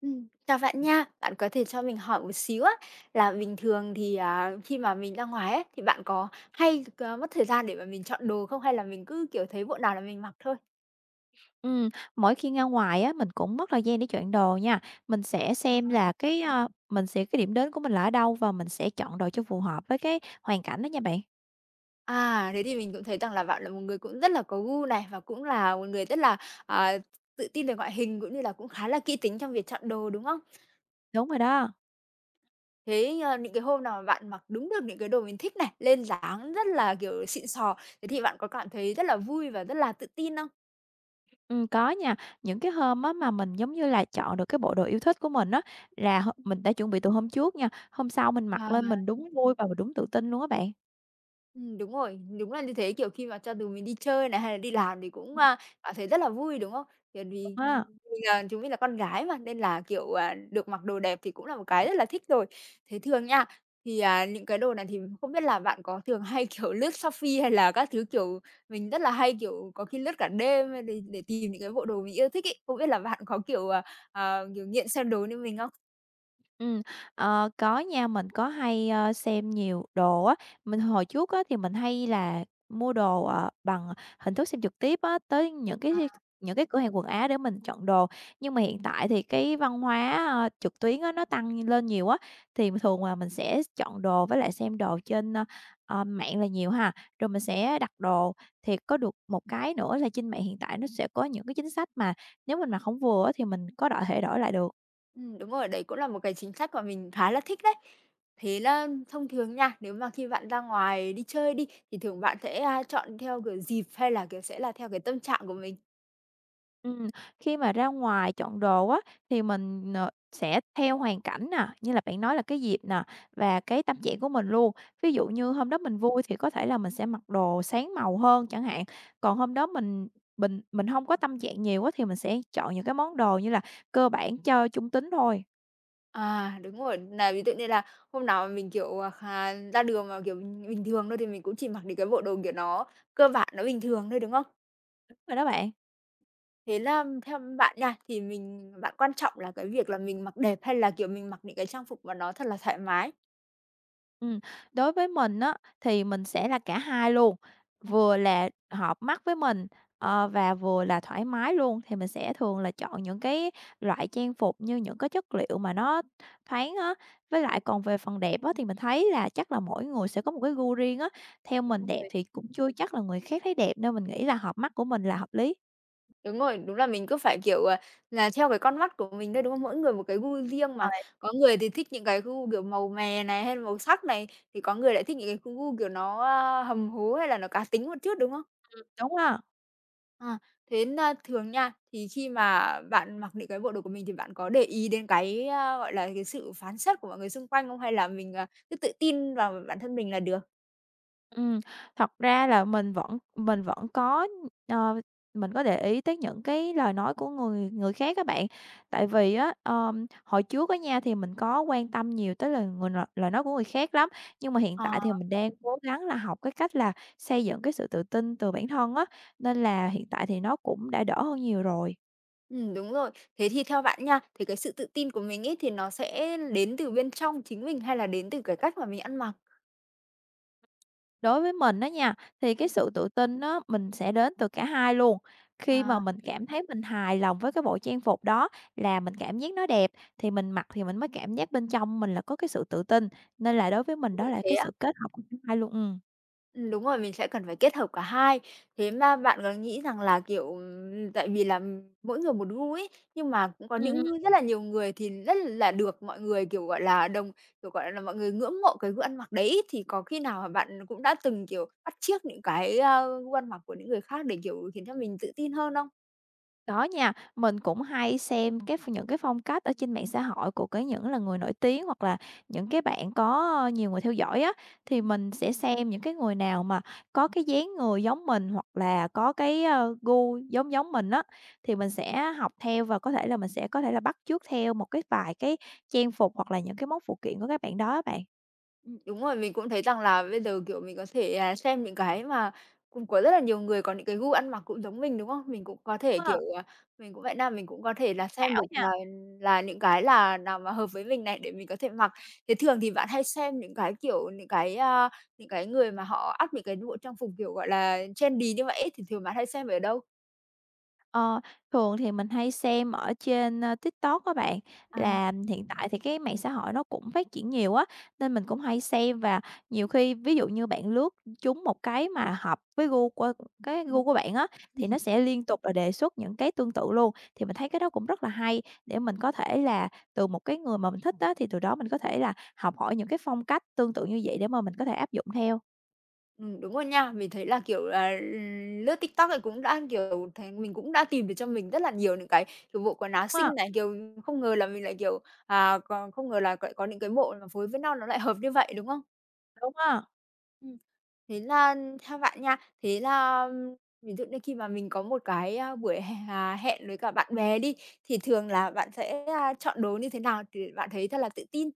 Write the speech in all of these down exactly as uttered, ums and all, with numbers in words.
Ừm, chào bạn nha. Bạn có thể cho mình hỏi một xíu á, là bình thường thì, à, khi mà mình ra ngoài ấy, thì bạn có hay, ờ, mất thời gian để mà mình chọn đồ không? Hay là mình cứ, kiểu, thấy bộ nào là mình mặc thôi? Ừ, mỗi khi ra ngoài á, mình cũng mất thời gian để chọn đồ nha. Mình sẽ Ờ. xem là cái, a, mình sẽ cái điểm đến của mình là ở đâu và mình sẽ chọn đồ cho phù hợp với cái hoàn cảnh đó nha bạn. À, thế thì mình cũng thấy rằng là bạn là một người cũng rất là có gu này, và cũng là một người rất là, à, tự tin về ngoại hình, cũng như là cũng khá là kỹ tính trong việc chọn đồ, đúng không? Đúng rồi đó. Thế, ờ, những cái hôm nào mà bạn mặc đúng được những cái đồ mình thích này, lên dáng rất là, kiểu, xịn sò, thế thì bạn có cảm thấy rất là vui và rất là tự tin Ừ, có nha. Những cái hôm á mà mình, giống như là, chọn được cái bộ đồ yêu thích của mình á, là h mình đã chuẩn bị từ hôm trước nha, hôm sau mình mặc lên không? mình đúng vui và mình đúng tự tin luôn á bạn. Ừm, đúng rồi, đúng là như thế. Kiểu, khi mà cho dù mình đi chơi này, hay là đi làm thì cũng, Ừ, a, cảm thấy rất là vui, đúng không? Kiểu, Đúng vì á. mình là chúng mình là con gái mà, nên là, kiểu, à, được mặc đồ đẹp thì cũng là một cái rất là thích rồi. Thế thường nha, thì, à, những cái đồ này thì không biết là bạn có thường hay, kiểu, lướt Shopee hay là các thứ, kiểu, mình rất là hay, kiểu, có khi lướt cả đêm để để tìm những cái bộ đồ mình yêu thích ấy. Không biết là bạn có, kiểu, à, à, kiểu, nghiện săn đồ như mình không? Ừm, ờ, có nha, mình có hay, ơ, xem nhiều đồ á. Mình hồi trước á thì mình hay là mua đồ, ờ, bằng hình thức xem trực tiếp á, tới những cái những cái cửa hàng quần áo để mình chọn đồ. Nhưng mà hiện tại thì cái văn hóa, ơ, trực tuyến á, nó tăng lên nhiều á, thì thường là mình sẽ chọn đồ với lại xem đồ trên, ơ, ờ, mạng là nhiều ha. Rồi mình sẽ đặt đồ, thì có được một cái nữa là trên mạng hiện tại nó sẽ có những cái chính sách mà nếu mình mặc không vừa á thì mình có đổi thể đổi lại được. Ừm, đúng rồi, đấy cũng là một cái chính sách mà mình khá là thích đấy. Thế là thông thường nha, nếu mà khi bạn ra ngoài đi chơi đi, thì thường bạn sẽ, a, chọn theo kiểu dịp hay là, kiểu, sẽ là theo cái tâm trạng của mình? Ừm, khi mà ra ngoài chọn đồ á, thì mình, ờ, sẽ theo hoàn cảnh nè, như là bạn nói là cái dịp nè, và cái tâm trạng của mình luôn. Ví dụ như hôm đó mình vui thì có thể là mình sẽ mặc đồ sáng màu hơn chẳng hạn, còn hôm đó mình mình mình không có tâm trạng nhiều quá thì mình sẽ chọn những cái món đồ như là cơ bản cho trung tính thôi. À, đúng rồi, là ví dụ như là hôm nào mà mình, kiểu, à, khà ra đường mà, kiểu, bình bình thường thôi thì mình cũng chỉ mặc những cái bộ đồ, kiểu, nó cơ bản, nó bình thường thôi, đúng không? Đúng rồi đó bạn. Thế là theo bạn nha, thì mình bạn quan trọng là cái việc là mình mặc đẹp hay là, kiểu, mình mặc những cái trang phục mà nó thật là thoải mái? Ừm, đối với mình á, thì mình sẽ là cả hai luôn, Ờ, vừa là hợp mắt với mình, ờ, và vừa là thoải mái luôn, thì mình sẽ thường là chọn những cái loại trang phục như những cái chất liệu mà nó thoáng á. Với lại còn về phần đẹp á, thì mình thấy là chắc là mỗi người sẽ có một cái gu riêng á, theo mình đúng đẹp rồi. thì cũng chưa chắc là người khác thấy đẹp, nên mình nghĩ là hợp mắt của mình là hợp lý Đúng rồi, đúng là mình cứ phải, kiểu, à, là theo cái con mắt của mình thôi, đúng không? Mỗi người một cái gu riêng mà, rồi, có người thì thích những cái gu, kiểu, màu mè này, hay là màu sắc này, thì có người lại thích những cái gu, kiểu, nó, a, hầm hố hay là nó cá tính một chút, đúng không? đúng không? Ờ, thế na thường nha, thì khi mà bạn mặc những cái bộ đồ của mình thì bạn có để ý đến cái, a, gọi là, cái sự phán xét của mọi người xung quanh không? Hay là mình, à, cứ tự tin vào bản thân mình là được? Ừm, thật ra là mình vẫn mình vẫn có, ờ, mình có để ý tới những cái lời nói của người người khác các bạn. Tại vì á, ờm, hồi trước á nha, thì mình có quan tâm nhiều tới lời người n lời nói của người khác lắm, nhưng mà hiện Ờ. tại thì mình đang cố gắng là học cái cách là xây dựng cái sự tự tin từ bản thân á, nên là hiện tại thì nó cũng đã đỡ hơn nhiều rồi. Ừm, đúng rồi. Thế thì theo bạn nha, thì cái sự tự tin của mình ấy thì nó sẽ đến từ bên trong chính mình hay là đến từ cái cách mà mình ăn mặc? Đối với mình đó nha, thì cái sự tự tin đó mình sẽ đến từ cả hai luôn. Khi mà À. mình cảm thấy mình hài lòng với cái bộ trang phục đó là mình cảm giác nó đẹp, thì mình mặc thì mình mới cảm giác bên trong mình là có cái sự tự tin, nên là đối với mình Cũng đó nghĩ là thế cái á. sự kết hợp của cả hai luôn, ừm. Ừm, đúng rồi, mình sẽ cần phải kết hợp cả hai. Thế mà bạn có nghĩ rằng là, kiểu, ừm, tại vì là mỗi người một gu ấy, nhưng mà cũng có Ừm, những người- rất là nhiều người thì rất là được mọi người, kiểu, gọi là, đồng kiểu, gọi là, mọi người ngưỡng mộ cái gu ăn mặc đấy, thì có khi nào mà bạn cũng đã từng, kiểu, bắt chước những cái, a, gu ăn mặc của những người khác để, kiểu, khiến cho mình tự tin hơn không? Có nha, mình cũng hay xem cái ph những cái phong cách ở trên mạng xã hội của cái những là người nổi tiếng hoặc là những cái bạn có, ơ, nhiều người theo dõi á, thì mình sẽ xem những cái người nào mà có cái dáng người giống mình hoặc là có cái, ơ, gu giống giống mình á, thì mình sẽ học theo và có thể là mình sẽ có thể là bắt chước theo một cái vài cái trang phục hoặc là những cái món phụ kiện của các bạn đó á bạn. Ừm, đúng rồi, mình cũng thấy rằng là bây giờ, kiểu, mình có thể, à, xem những cái mà cũng có rất là nhiều người có những cái gu ăn mặc cũng giống mình, đúng không? Mình cũng có Đúng thể, á, kiểu, à, mình cũng vậy na, mình cũng có thể là xem ảo được nha. là là những cái là nào mà hợp với mình này để mình có thể mặc. Thế thường thì bạn hay xem những cái, kiểu, những cái, a, những cái người mà họ up những cái bộ trang phục, kiểu, gọi là, trendy như vậy ấy, thì thường bạn hay xem ở đâu? Ờ, thường thì mình hay xem ở trên, ơ, TikTok các bạn, À, là hiện tại thì cái mạng xã hội nó cũng phát triển nhiều á, nên mình cũng hay xem và nhiều khi ví dụ như bạn lướt trúng một cái mà hợp với gu của cái ừm. gu của bạn á, thì nó sẽ liên tục là đề xuất những cái tương tự luôn. Thì mình thấy cái đó cũng rất là hay để mình có thể là từ một cái người mà mình thích á, thì từ đó mình có thể là học hỏi những cái phong cách tương tự như vậy để mà mình có thể áp dụng theo Ừm, đúng rồi nha. Mình thấy là, kiểu, là, lướt TikTok thì cũng đã, kiểu, thấy mình cũng đã tìm được cho mình rất là nhiều những cái, kiểu, bộ quần áo xinh ha, này, kiểu, không ngờ là mình lại, kiểu, à, còn không ngờ là lại có những cái bộ mà phối với nhau nó lại hợp như vậy, đúng không? đúng á. Ừm, thế là theo bạn nha, thế là ừm, ví dụ như khi mà mình có một cái, a, buổi h à, hẹn với cả bạn bè đi, thì thường là bạn sẽ, a, chọn đồ như thế nào thì bạn thấy thật là tự tin?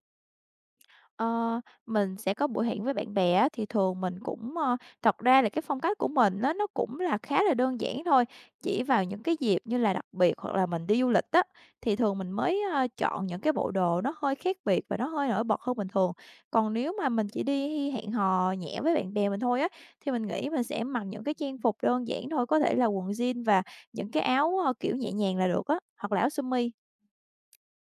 Ờ, mình sẽ có buổi hẹn với bạn bè á, thì thường mình cũng, ơ thật ra là cái phong cách của mình á, nó cũng là khá là đơn giản thôi, chỉ vào những cái dịp như là đặc biệt hoặc là mình đi du lịch á, thì thường mình mới, ơ, chọn những cái bộ đồ nó hơi khác biệt và nó hơi nổi bật hơn bình thường. Còn nếu mà mình chỉ đi hẹn hò nhẹ với bạn bè mình thôi á, thì mình nghĩ mình sẽ mặc những cái trang phục đơn giản thôi, có thể là quần jean và những cái áo, ơ, kiểu, nhẹ nhàng là được á, hoặc là áo sơ mi.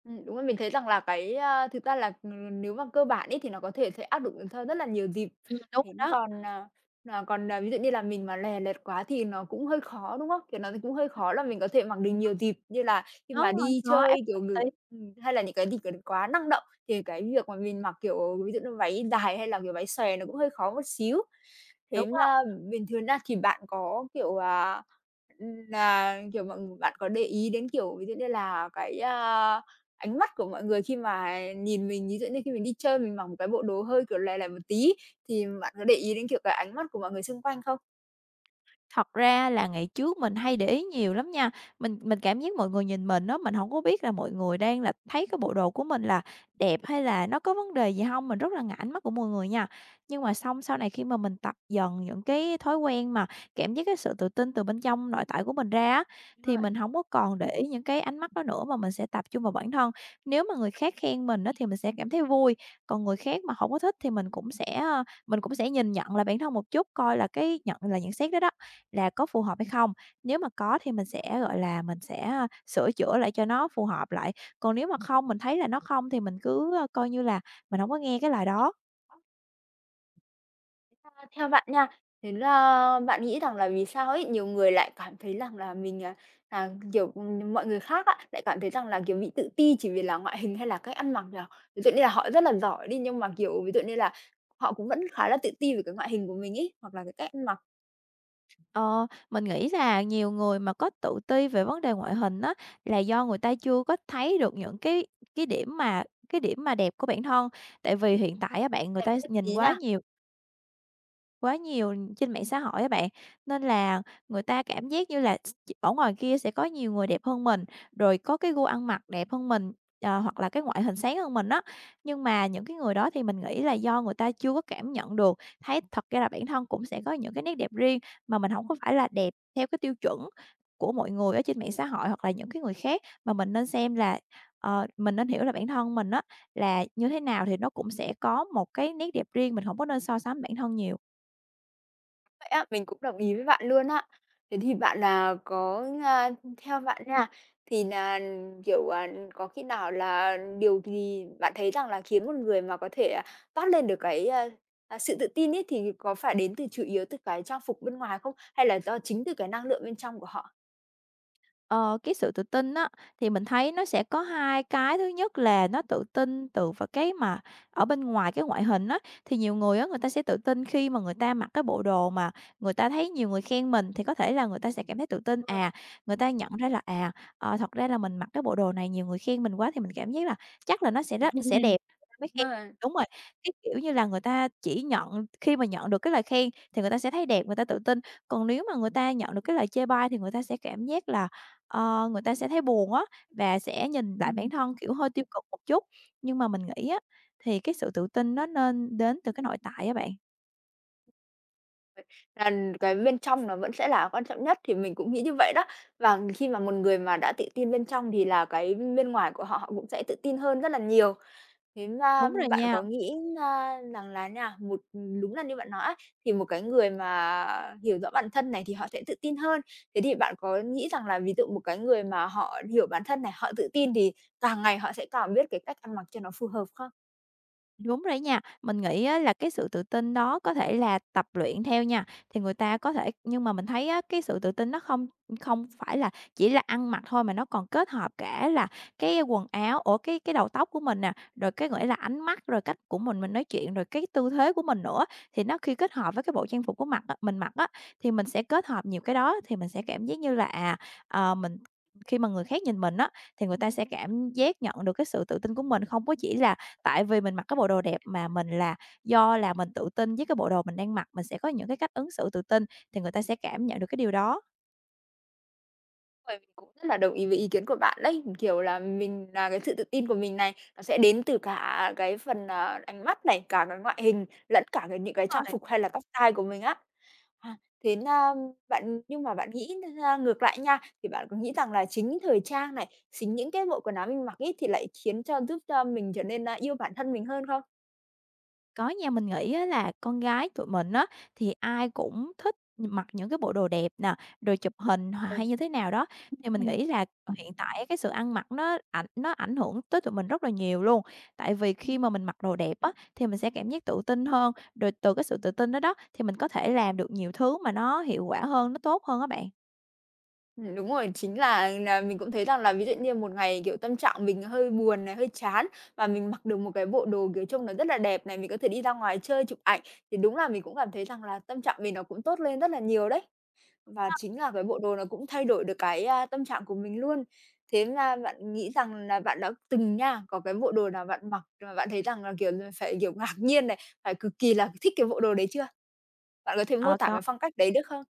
Ừm, đúng rồi, mình thấy rằng là cái, a, thực ra là, ừm, nếu mà cơ bản ấy thì nó có thể sẽ áp dụng cho rất là nhiều dịp. Ừm, đúng Thế rồi nhưng đó. còn, à, à, còn, à, ví dụ như là mình mà lè lẹt quá thì nó cũng hơi khó, đúng không? Kiểu, nó cũng hơi khó là mình có thể mặc được nhiều dịp, như là khi Nó mà hơi đi khó áp chơi, kiểu, dụng ng tí. ừm, hay là những cái dịp kiểu, quá năng động thì cái việc mà mình mặc, kiểu, ví dụ như váy dài hay là, kiểu, váy xòe nó cũng hơi khó một xíu. Thế Đúng mà rồi. bình thường á thì bạn có, kiểu, à, ừm, là, kiểu, mọi người bạn có để ý đến, kiểu, ví dụ như là cái, a, ánh mắt của mọi người khi mà nhìn mình, ví dụ như khi mình đi chơi mình mặc một cái bộ đồ hơi, kiểu, lè lè một tí thì bạn có để ý đến, kiểu, cái ánh mắt của mọi người xung quanh không? Thật ra là ngày trước mình hay để ý nhiều lắm nha. Mình mình cảm giác mọi người nhìn mình á, mình không có biết là mọi người đang là thấy cái bộ đồ của mình là đẹp hay là nó có vấn đề gì không. Mình rất là ngại ánh mắt của mọi người nha. Nhưng mà xong sau này khi mà mình tập dần những cái thói quen mà cảm giác cái sự tự tin từ bên trong nội tại của mình ra á, Đúng thì rồi. mình không có còn để ý những cái ánh mắt đó nữa mà mình sẽ tập trung vào bản thân. Nếu mà người khác khen mình đó thì mình sẽ cảm thấy vui, còn người khác mà không có thích thì mình cũng sẽ, ờ, mình cũng sẽ nhìn nhận lại bản thân một chút coi là cái nhận là nhận xét đó đó là có phù hợp hay không? Nếu mà có thì mình sẽ, gọi là, mình sẽ, sửa chữa lại cho nó phù hợp lại, còn nếu mà không, mình thấy là nó không thì mình cứ, coi như là mình không có nghe cái lời đó. À, theo bạn nha, thế là bạn nghĩ rằng là vì sao ấy, nhiều người lại cảm thấy rằng là mình, à, à, kiểu, ừ, mọi người khác á, lại cảm thấy rằng là, kiểu, bị tự ti chỉ vì là ngoại hình hay là cách ăn mặc nhỉ? Ví dụ như là họ rất là giỏi đi, nhưng mà, kiểu, ví dụ như là họ cũng vẫn khá là tự ti về cái ngoại hình của mình ấy, hoặc là cái cách ăn mặc Ờ, mình nghĩ là nhiều người mà có tự ti về vấn đề ngoại hình á, là do người ta chưa có thấy được những cái cái điểm mà cái điểm mà đẹp của bản thân. Tại vì hiện tại á bạn, người đẹp ta nhất nhìn trí quá nha. nhiều Quá nhiều trên mạng xã hội á bạn, nên là người ta cảm giác như là s ở ngoài kia sẽ có nhiều người đẹp hơn mình, rồi có cái gu ăn mặc đẹp hơn mình, ờ, hoặc là cái ngoại hình sáng hơn mình đó. Nhưng mà những cái người đó thì mình nghĩ là do người ta chưa có cảm nhận được, thấy thật ra là bản thân cũng sẽ có những cái nét đẹp riêng mà mình không có phải là đẹp theo cái tiêu chuẩn của mọi người ở trên mạng xã hội hoặc là những cái người khác, mà mình nên xem là, ờ, mình nên hiểu là bản thân mình á là như thế nào thì nó cũng sẽ có một cái nét đẹp riêng, mình không có nên so sánh bản thân nhiều. Vậy á, mình cũng đồng ý với bạn luôn á. Thế thì bạn là có, a theo bạn nha, thì là, kiểu, à, có khi nào là điều gì bạn thấy rằng là khiến một người mà có thể, à, toát lên được cái, a, à, sự tự tin ấy, thì có phải đến từ chủ yếu từ cái trang phục bên ngoài không? Hay là do chính từ cái năng lượng bên trong của họ? Ờ, cái sự tự tin á, thì mình thấy nó sẽ có hai cái, thứ nhất là nó tự tin từ vào cái mà ở bên ngoài cái ngoại hình á, thì nhiều người á, người ta sẽ tự tin khi mà người ta mặc cái bộ đồ mà người ta thấy nhiều người khen mình thì có thể là người ta sẽ cảm thấy tự tin. Rồi. À, người ta nhận ra là, à, ờ, thật ra là mình mặc cái bộ đồ này nhiều người khen mình quá thì mình cảm giác là chắc là nó sẽ rất sẽ đẹp mới khen. Đúng rồi. Đúng rồi, cái, kiểu như là, người ta chỉ nhận khi mà nhận được cái lời khen thì người ta sẽ thấy đẹp, người ta tự tin, còn nếu mà người ta nhận được cái lời chê bai thì người ta sẽ cảm giác là Ờ, người ta sẽ thấy buồn á và sẽ nhìn lại Ừm. bản thân, kiểu, hơi tiêu cực một chút. Nhưng mà mình nghĩ á, thì cái sự tự tin nó nên đến từ cái nội tại á bạn. Là cái bên trong nó vẫn sẽ là quan trọng nhất, thì mình cũng nghĩ như vậy đó. Và khi mà một người mà đã tự tin bên trong thì là cái bên ngoài của họ, họ cũng sẽ tự tin hơn rất là nhiều. Thế mà Đúng rồi bạn nha. có nghĩ na rằng là nha, một đúng là như bạn nói á, thì một cái người mà hiểu rõ bản thân này thì họ sẽ tự tin hơn. Thế thì bạn có nghĩ rằng là ví dụ một cái người mà họ hiểu bản thân này, họ tự tin thì càng ngày họ sẽ càng biết cái cách ăn mặc cho nó phù hợp không? Đúng rồi nha. Mình nghĩ á là cái sự tự tin đó có thể là tập luyện theo nha, thì người ta có thể nhưng mà mình thấy á, cái sự tự tin nó không không phải là chỉ là ăn mặc thôi, mà nó còn kết hợp cả là cái quần áo, ủa, cái cái đầu tóc của mình nè, rồi cái nghĩa là ánh mắt, rồi cách của mình mình nói chuyện, rồi cái tư thế của mình nữa. Thì nó khi kết hợp với cái bộ trang phục của mặt á mình mặc á, thì mình sẽ kết hợp nhiều cái đó, thì mình sẽ cảm giác như là, à, ờ, mình khi mà người khác nhìn mình á, thì người ta sẽ cảm giác nhận được cái sự tự tin của mình, không có chỉ là tại vì mình mặc cái bộ đồ đẹp mà mình là do là mình tự tin với cái bộ đồ mình đang mặc, mình sẽ có những cái cách ứng xử tự tin thì người ta sẽ cảm nhận được cái điều đó. Bởi mình cũng rất là đồng ý với ý kiến của bạn đấy, kiểu là, mình là cái sự tự tin của mình này, nó sẽ đến từ cả cái phần, à, ánh mắt này, cả cái ngoại hình lẫn cả cái những cái Đúng trang rồi. phục hay là tóc tai của mình á. À, thế na bạn nhưng mà bạn nghĩ ra ngược lại nha, thì bạn có nghĩ rằng là chính thời trang này, chính những cái bộ quần áo mình mặc ấy thì lại khiến cho giúp cho mình trở nên, a, yêu bản thân mình hơn không? Có nha, mình nghĩ á là con gái tụi mình á, thì ai cũng thích mặc những cái bộ đồ đẹp nè, rồi chụp hình hoặc Ừ. hay như thế nào đó. Thì mình nghĩ là hiện tại cái sự ăn mặc nó ảnh nó ảnh hưởng tới tụi mình rất là nhiều luôn. Tại vì ừm. khi mà mình mặc đồ đẹp á, thì mình sẽ cảm giác tự tin hơn, rồi từ cái sự tự tin đó đó, thì mình có thể làm được nhiều thứ mà nó hiệu quả hơn, nó tốt hơn các bạn. Ừm, đúng rồi, chính là là mình cũng thấy rằng là ví dụ như một ngày, kiểu, tâm trạng mình hơi buồn này, hơi chán và mình mặc được một cái bộ đồ, kiểu, trông nó rất là đẹp này, mình có thể đi ra ngoài chơi chụp ảnh, thì đúng là mình cũng cảm thấy rằng là tâm trạng mình nó cũng tốt lên rất là nhiều đấy. Và chính là cái bộ đồ nó cũng thay đổi được cái, a, tâm trạng của mình luôn. Thế là bạn nghĩ rằng là bạn đã từng nha, có cái bộ đồ nào bạn mặc mà bạn thấy rằng là, kiểu, là phải, kiểu, ngạc nhiên này, phải cực kỳ là thích cái bộ đồ đấy chưa? Bạn có thể mô Ờ, tả có. cái phong cách đấy được không?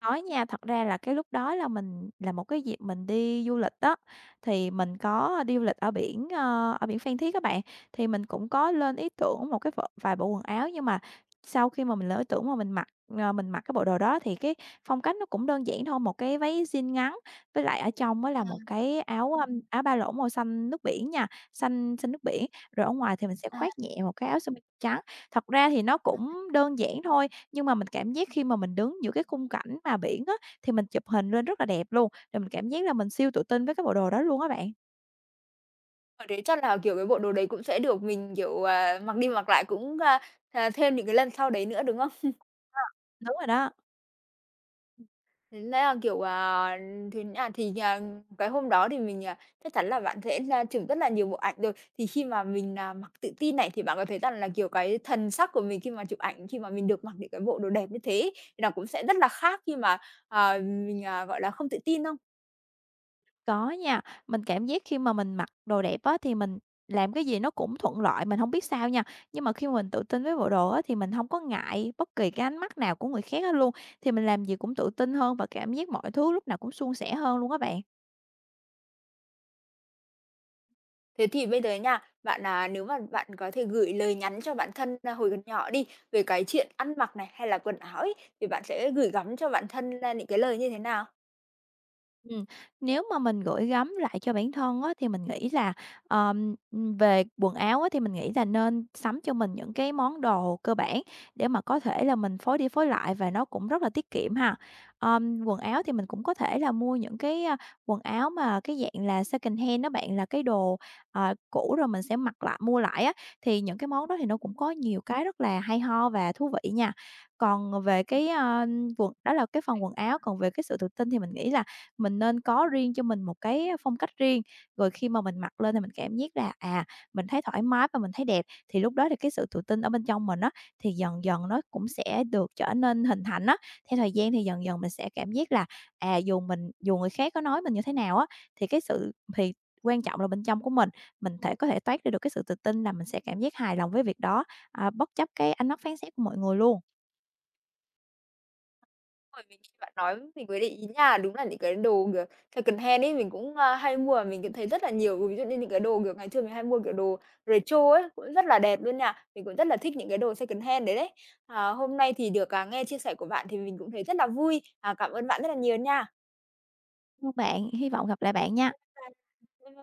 Có nha, thật ra là cái lúc đó là mình là một cái dịp mình đi du lịch đó thì mình có đi du lịch ở biển, ơ, ở biển Phan Thiết các bạn, thì mình cũng có lên ý tưởng một cái v vài bộ quần áo nhưng mà sau khi mà mình lên ý tưởng mà mình mặc, ờ, mình mặc cái bộ đồ đó thì cái phong cách nó cũng đơn giản thôi, một cái váy jean ngắn với lại ở trong mới À, là một cái áo, ưm, áo ba lỗ màu xanh nước biển nha, xanh xanh nước biển, rồi ở ngoài thì mình sẽ à, khoác nhẹ một cái áo sơ mi trắng. Thật ra thì nó cũng đơn giản thôi, nhưng mà mình cảm giác khi mà mình đứng giữa cái khung cảnh mà biển á, thì mình chụp hình lên rất là đẹp luôn, rồi mình cảm giác là mình siêu tự tin với cái bộ đồ đó luôn á bạn. hồi đấy chắc là, kiểu, cái bộ đồ đấy cũng sẽ được mình, kiểu, à, mặc đi mặc lại cũng, a, à, thêm những cái lần sau đấy nữa, đúng không? Đúng rồi đó, Tính ra là, kiểu, à, thế à, thì, à, cái hôm đó thì mình, à, chắc chắn là bạn sẽ ra chụp rất là nhiều bộ ảnh rồi. Thì khi mà mình là mặc tự tin này, thì bạn có thấy rằng là, kiểu, cái thần sắc của mình khi mà chụp ảnh, khi mà mình được mặc những cái bộ đồ đẹp như thế ấy, thì nó cũng sẽ rất là khác khi mà, à, mình, à, gọi là, không tự tin không? có nha, mình cảm giác khi mà mình mặc đồ đẹp á, thì mình làm cái gì nó cũng thuận lợi, mình không biết sao nha. Nhưng mà khi mà mình tự tin với bộ đồ á, thì mình không có ngại bất kỳ cái ánh mắt nào của người khác hết luôn, thì mình làm gì cũng tự tin hơn và cảm giác mọi thứ lúc nào cũng suôn sẻ hơn luôn á bạn. Thế thì bây giờ nha, bạn, là nếu mà bạn có thể gửi lời nhắn cho bản thân, a, hồi còn nhỏ đi, về cái chuyện ăn mặc này, hay là quần áo ấy, thì bạn sẽ gửi gắm cho bản thân ra những cái lời như thế nào? Ừm, nếu mà mình gửi gắm lại cho bản thân á, thì mình nghĩ là, ờm, về quần áo á, thì mình nghĩ là nên sắm cho mình những cái món đồ cơ bản để mà có thể là mình phối đi phối lại và nó cũng rất là tiết kiệm ha. Ờm, quần áo thì mình cũng có thể là mua những cái, a, quần áo mà cái dạng là second hand đó bạn, là cái đồ, ờ, cũ rồi mình sẽ mặc lại mua lại á, thì những cái món đó thì nó cũng có nhiều cái rất là hay ho và thú vị nha. Còn về cái, a, quần đó là cái phần quần áo, còn về cái sự tự tin thì mình nghĩ là mình nên có riêng cho mình một cái phong cách riêng, rồi khi mà mình mặc lên thì mình cảm giác là, à, mình thấy thoải mái và mình thấy đẹp, thì lúc đó thì cái sự tự tin ở bên trong mình á, thì dần dần nó cũng sẽ được trở nên hình thành á. Theo thời gian thì dần dần mình sẽ cảm giác là, à, dù mình dù người khác có nói mình như thế nào á, thì cái sự thì quan trọng là bên trong của mình, mình thể có thể toát ra được cái sự tự tin là mình sẽ cảm giác hài lòng với việc đó, à, bất chấp cái ánh mắt phán xét của mọi người luôn. Rồi, mình nghe bạn nói mình mới để ý nha. Đúng là những cái đồ, kiểu, secondhand ấy, mình cũng, a, hay mua và mình cũng thấy rất là nhiều. Ví dụ như những cái đồ, kiểu, ngày xưa mình hay mua, kiểu, đồ retro ấy, cũng rất là đẹp luôn nha. Mình cũng rất là thích những cái đồ secondhand đấy đấy. À, hôm nay thì được, à, nghe chia sẻ của bạn thì mình cũng thấy rất là vui. À, cảm ơn bạn rất là nhiều nha. Các bạn, hy vọng gặp lại bạn nha. Bye.